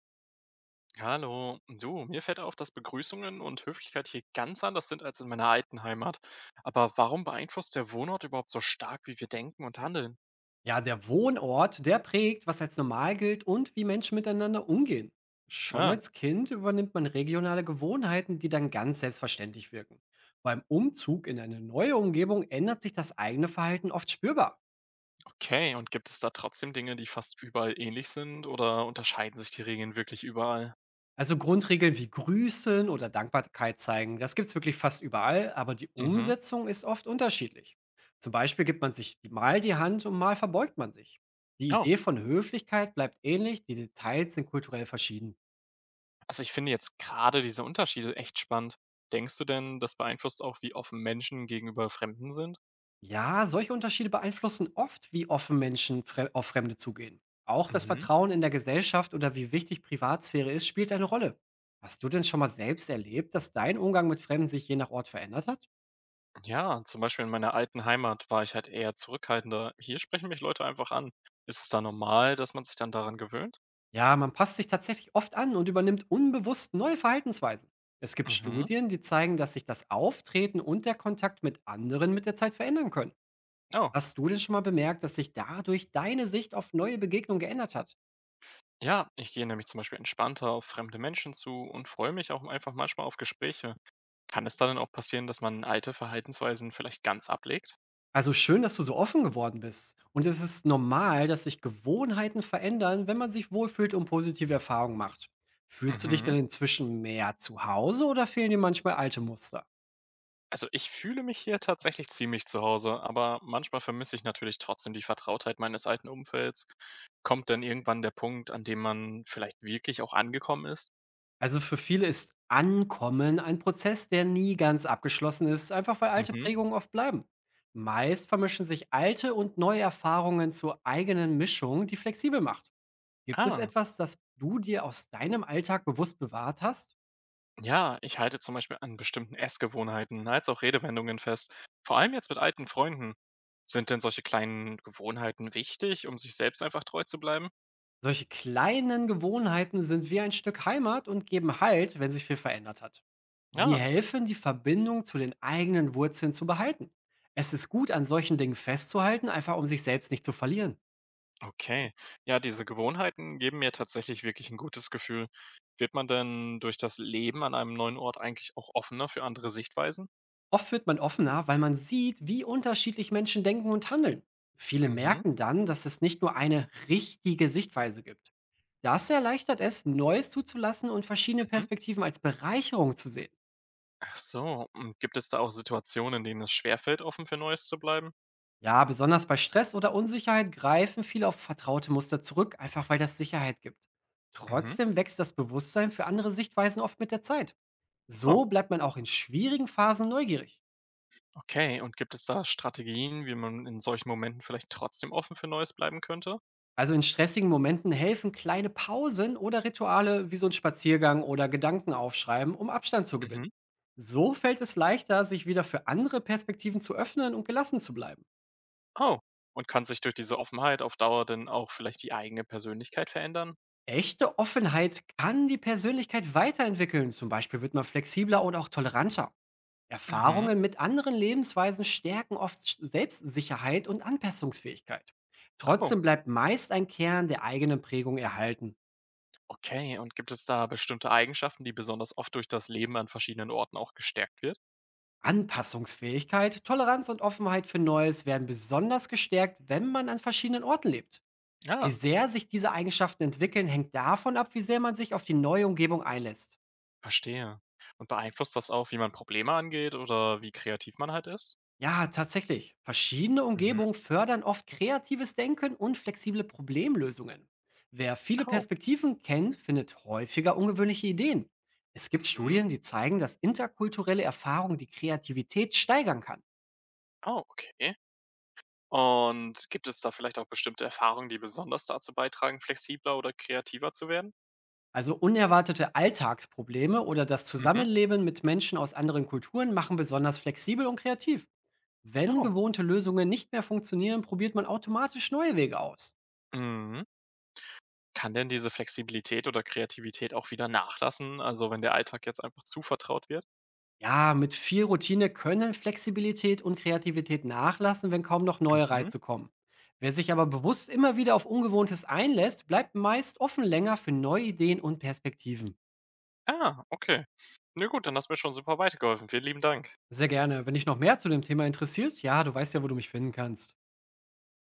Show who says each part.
Speaker 1: Hallo, du, mir fällt auf, dass Begrüßungen und Höflichkeit hier ganz anders sind als in meiner alten Heimat. Aber warum beeinflusst der Wohnort überhaupt so stark, wie wir denken und handeln?
Speaker 2: Ja, der Wohnort, der prägt, was als normal gilt und wie Menschen miteinander umgehen. Schon
Speaker 1: Ah,
Speaker 2: als Kind übernimmt man regionale Gewohnheiten, die dann ganz selbstverständlich wirken. Beim Umzug in eine neue Umgebung ändert sich das eigene Verhalten oft spürbar.
Speaker 1: okay. Und gibt es da trotzdem Dinge, die fast überall ähnlich sind oder unterscheiden sich die Regeln wirklich überall?
Speaker 2: Also Grundregeln wie Grüßen oder Dankbarkeit zeigen, das gibt's wirklich fast überall, aber die
Speaker 1: Mhm.
Speaker 2: Umsetzung ist oft unterschiedlich. Zum Beispiel gibt man sich mal die Hand und mal verbeugt man sich. Die
Speaker 1: Ja,
Speaker 2: Idee von Höflichkeit bleibt ähnlich, die Details sind kulturell verschieden.
Speaker 1: also ich finde jetzt gerade diese Unterschiede echt spannend. Denkst du denn, das beeinflusst auch, wie offen Menschen gegenüber Fremden sind?
Speaker 2: Ja, solche Unterschiede beeinflussen oft, wie offen Menschen fre auf Fremde zugehen. Auch das
Speaker 1: Mhm.
Speaker 2: Vertrauen in der Gesellschaft oder wie wichtig Privatsphäre ist, spielt eine Rolle. Hast du denn schon mal selbst erlebt, dass dein Umgang mit Fremden sich je nach Ort verändert hat?
Speaker 1: Ja, zum Beispiel in meiner alten Heimat war ich halt eher zurückhaltender. Hier sprechen mich Leute einfach an. Ist es da normal, dass man sich dann daran gewöhnt?
Speaker 2: Ja, man passt sich tatsächlich oft an und übernimmt unbewusst neue Verhaltensweisen. Es gibt
Speaker 1: Mhm.
Speaker 2: Studien, die zeigen, dass sich das Auftreten und der Kontakt mit anderen mit der Zeit verändern können.
Speaker 1: Oh.
Speaker 2: Hast du denn schon mal bemerkt, dass sich dadurch deine Sicht auf neue Begegnungen geändert hat?
Speaker 1: Ja, ich gehe nämlich zum Beispiel entspannter auf fremde Menschen zu und freue mich auch einfach manchmal auf Gespräche. Kann es da dann auch passieren, dass man alte Verhaltensweisen vielleicht ganz ablegt?
Speaker 2: Also schön, dass du so offen geworden bist. Und es ist normal, dass sich Gewohnheiten verändern, wenn man sich wohlfühlt und positive Erfahrungen macht. Fühlst du dich
Speaker 1: Mhm.
Speaker 2: denn inzwischen mehr zu Hause oder fehlen dir manchmal alte Muster?
Speaker 1: Also ich fühle mich hier tatsächlich ziemlich zu Hause, aber manchmal vermisse ich natürlich trotzdem die Vertrautheit meines alten Umfelds. Kommt dann irgendwann der Punkt, an dem man vielleicht wirklich auch angekommen ist?
Speaker 2: Also für viele ist Ankommen ein Prozess, der nie ganz abgeschlossen ist, einfach weil alte
Speaker 1: Mhm.
Speaker 2: Prägungen oft bleiben. Meist vermischen sich alte und neue Erfahrungen zur eigenen Mischung, die flexibel macht. Gibt es
Speaker 1: Ah,
Speaker 2: etwas, das du dir aus deinem Alltag bewusst bewahrt hast?
Speaker 1: ja, ich halte zum Beispiel an bestimmten Essgewohnheiten als auch Redewendungen fest. Vor allem jetzt mit alten Freunden. Sind denn solche kleinen Gewohnheiten wichtig, um sich selbst einfach treu zu bleiben?
Speaker 2: Solche kleinen Gewohnheiten sind wie ein Stück Heimat und geben Halt, wenn sich viel verändert hat. Sie
Speaker 1: Ja,
Speaker 2: helfen, die Verbindung zu den eigenen Wurzeln zu behalten. Es ist gut, an solchen Dingen festzuhalten, einfach um sich selbst nicht zu verlieren.
Speaker 1: okay. Ja, diese Gewohnheiten geben mir tatsächlich wirklich ein gutes Gefühl. Wird man denn durch das Leben an einem neuen Ort eigentlich auch offener für andere Sichtweisen?
Speaker 2: Oft wird man offener, weil man sieht, wie unterschiedlich Menschen denken und handeln. Viele
Speaker 1: Mhm,
Speaker 2: merken dann, dass es nicht nur eine richtige Sichtweise gibt. Das erleichtert es, Neues zuzulassen und verschiedene
Speaker 1: mhm.
Speaker 2: Perspektiven als Bereicherung zu sehen.
Speaker 1: Ach so, und gibt es da auch Situationen, in denen es schwerfällt, offen für Neues zu bleiben?
Speaker 2: Ja, besonders bei Stress oder Unsicherheit greifen viele auf vertraute Muster zurück, einfach weil das Sicherheit gibt.
Speaker 1: Mhm.
Speaker 2: Trotzdem wächst das Bewusstsein für andere Sichtweisen oft mit der Zeit.
Speaker 1: Oh.
Speaker 2: So bleibt man auch in schwierigen Phasen neugierig.
Speaker 1: Okay, und gibt es da Strategien, wie man in solchen Momenten vielleicht trotzdem offen für Neues bleiben könnte?
Speaker 2: Also in stressigen Momenten helfen kleine Pausen oder Rituale wie so ein Spaziergang oder Gedanken aufschreiben, um Abstand zu gewinnen.
Speaker 1: Mhm.
Speaker 2: So fällt es leichter, sich wieder für andere Perspektiven zu öffnen und gelassen zu bleiben.
Speaker 1: Oh, und kann sich durch diese Offenheit auf Dauer denn auch vielleicht die eigene Persönlichkeit verändern?
Speaker 2: Echte Offenheit kann die Persönlichkeit weiterentwickeln. Zum Beispiel wird man flexibler oder auch toleranter.
Speaker 1: Mhm.
Speaker 2: Erfahrungen mit anderen Lebensweisen stärken oft Selbstsicherheit und Anpassungsfähigkeit.
Speaker 1: Oh,
Speaker 2: Trotzdem bleibt meist ein Kern der eigenen Prägung erhalten.
Speaker 1: okay, und gibt es da bestimmte Eigenschaften, die besonders oft durch das Leben an verschiedenen Orten auch gestärkt wird?
Speaker 2: Anpassungsfähigkeit, Toleranz und Offenheit für Neues werden besonders gestärkt, wenn man an verschiedenen Orten lebt. Wie
Speaker 1: Ja,
Speaker 2: sehr sich diese Eigenschaften entwickeln, hängt davon ab, wie sehr man sich auf die neue Umgebung einlässt.
Speaker 1: verstehe. Und beeinflusst das auch, wie man Probleme angeht oder wie kreativ man halt ist?
Speaker 2: Ja, tatsächlich. Verschiedene
Speaker 1: Mhm.
Speaker 2: Umgebungen fördern oft kreatives Denken und flexible Problemlösungen. Wer viele
Speaker 1: Oh,
Speaker 2: Perspektiven kennt, findet häufiger ungewöhnliche Ideen. Es gibt
Speaker 1: mhm.
Speaker 2: Studien, die zeigen, dass interkulturelle Erfahrung die Kreativität steigern kann.
Speaker 1: Oh, okay. Und gibt es da vielleicht auch bestimmte Erfahrungen, die besonders dazu beitragen, flexibler oder kreativer zu werden?
Speaker 2: Also unerwartete Alltagsprobleme oder das
Speaker 1: Mhm.
Speaker 2: Zusammenleben mit Menschen aus anderen Kulturen machen besonders flexibel und kreativ. Wenn
Speaker 1: Ja.
Speaker 2: gewohnte Lösungen nicht mehr funktionieren, probiert man automatisch neue Wege aus.
Speaker 1: Mhm. Kann denn diese Flexibilität oder Kreativität auch wieder nachlassen, also wenn der Alltag jetzt einfach zu vertraut wird?
Speaker 2: Ja, mit viel Routine können Flexibilität und Kreativität nachlassen, wenn kaum noch neue
Speaker 1: Mhm.
Speaker 2: Reize kommen. Wer sich aber bewusst immer wieder auf Ungewohntes einlässt, bleibt meist offen länger für neue Ideen und Perspektiven.
Speaker 1: Ah, okay. Na gut, dann hast du mir schon super weitergeholfen. Vielen lieben Dank.
Speaker 2: Sehr gerne. Wenn dich noch mehr zu dem Thema interessiert, ja, du weißt ja, wo du mich finden kannst.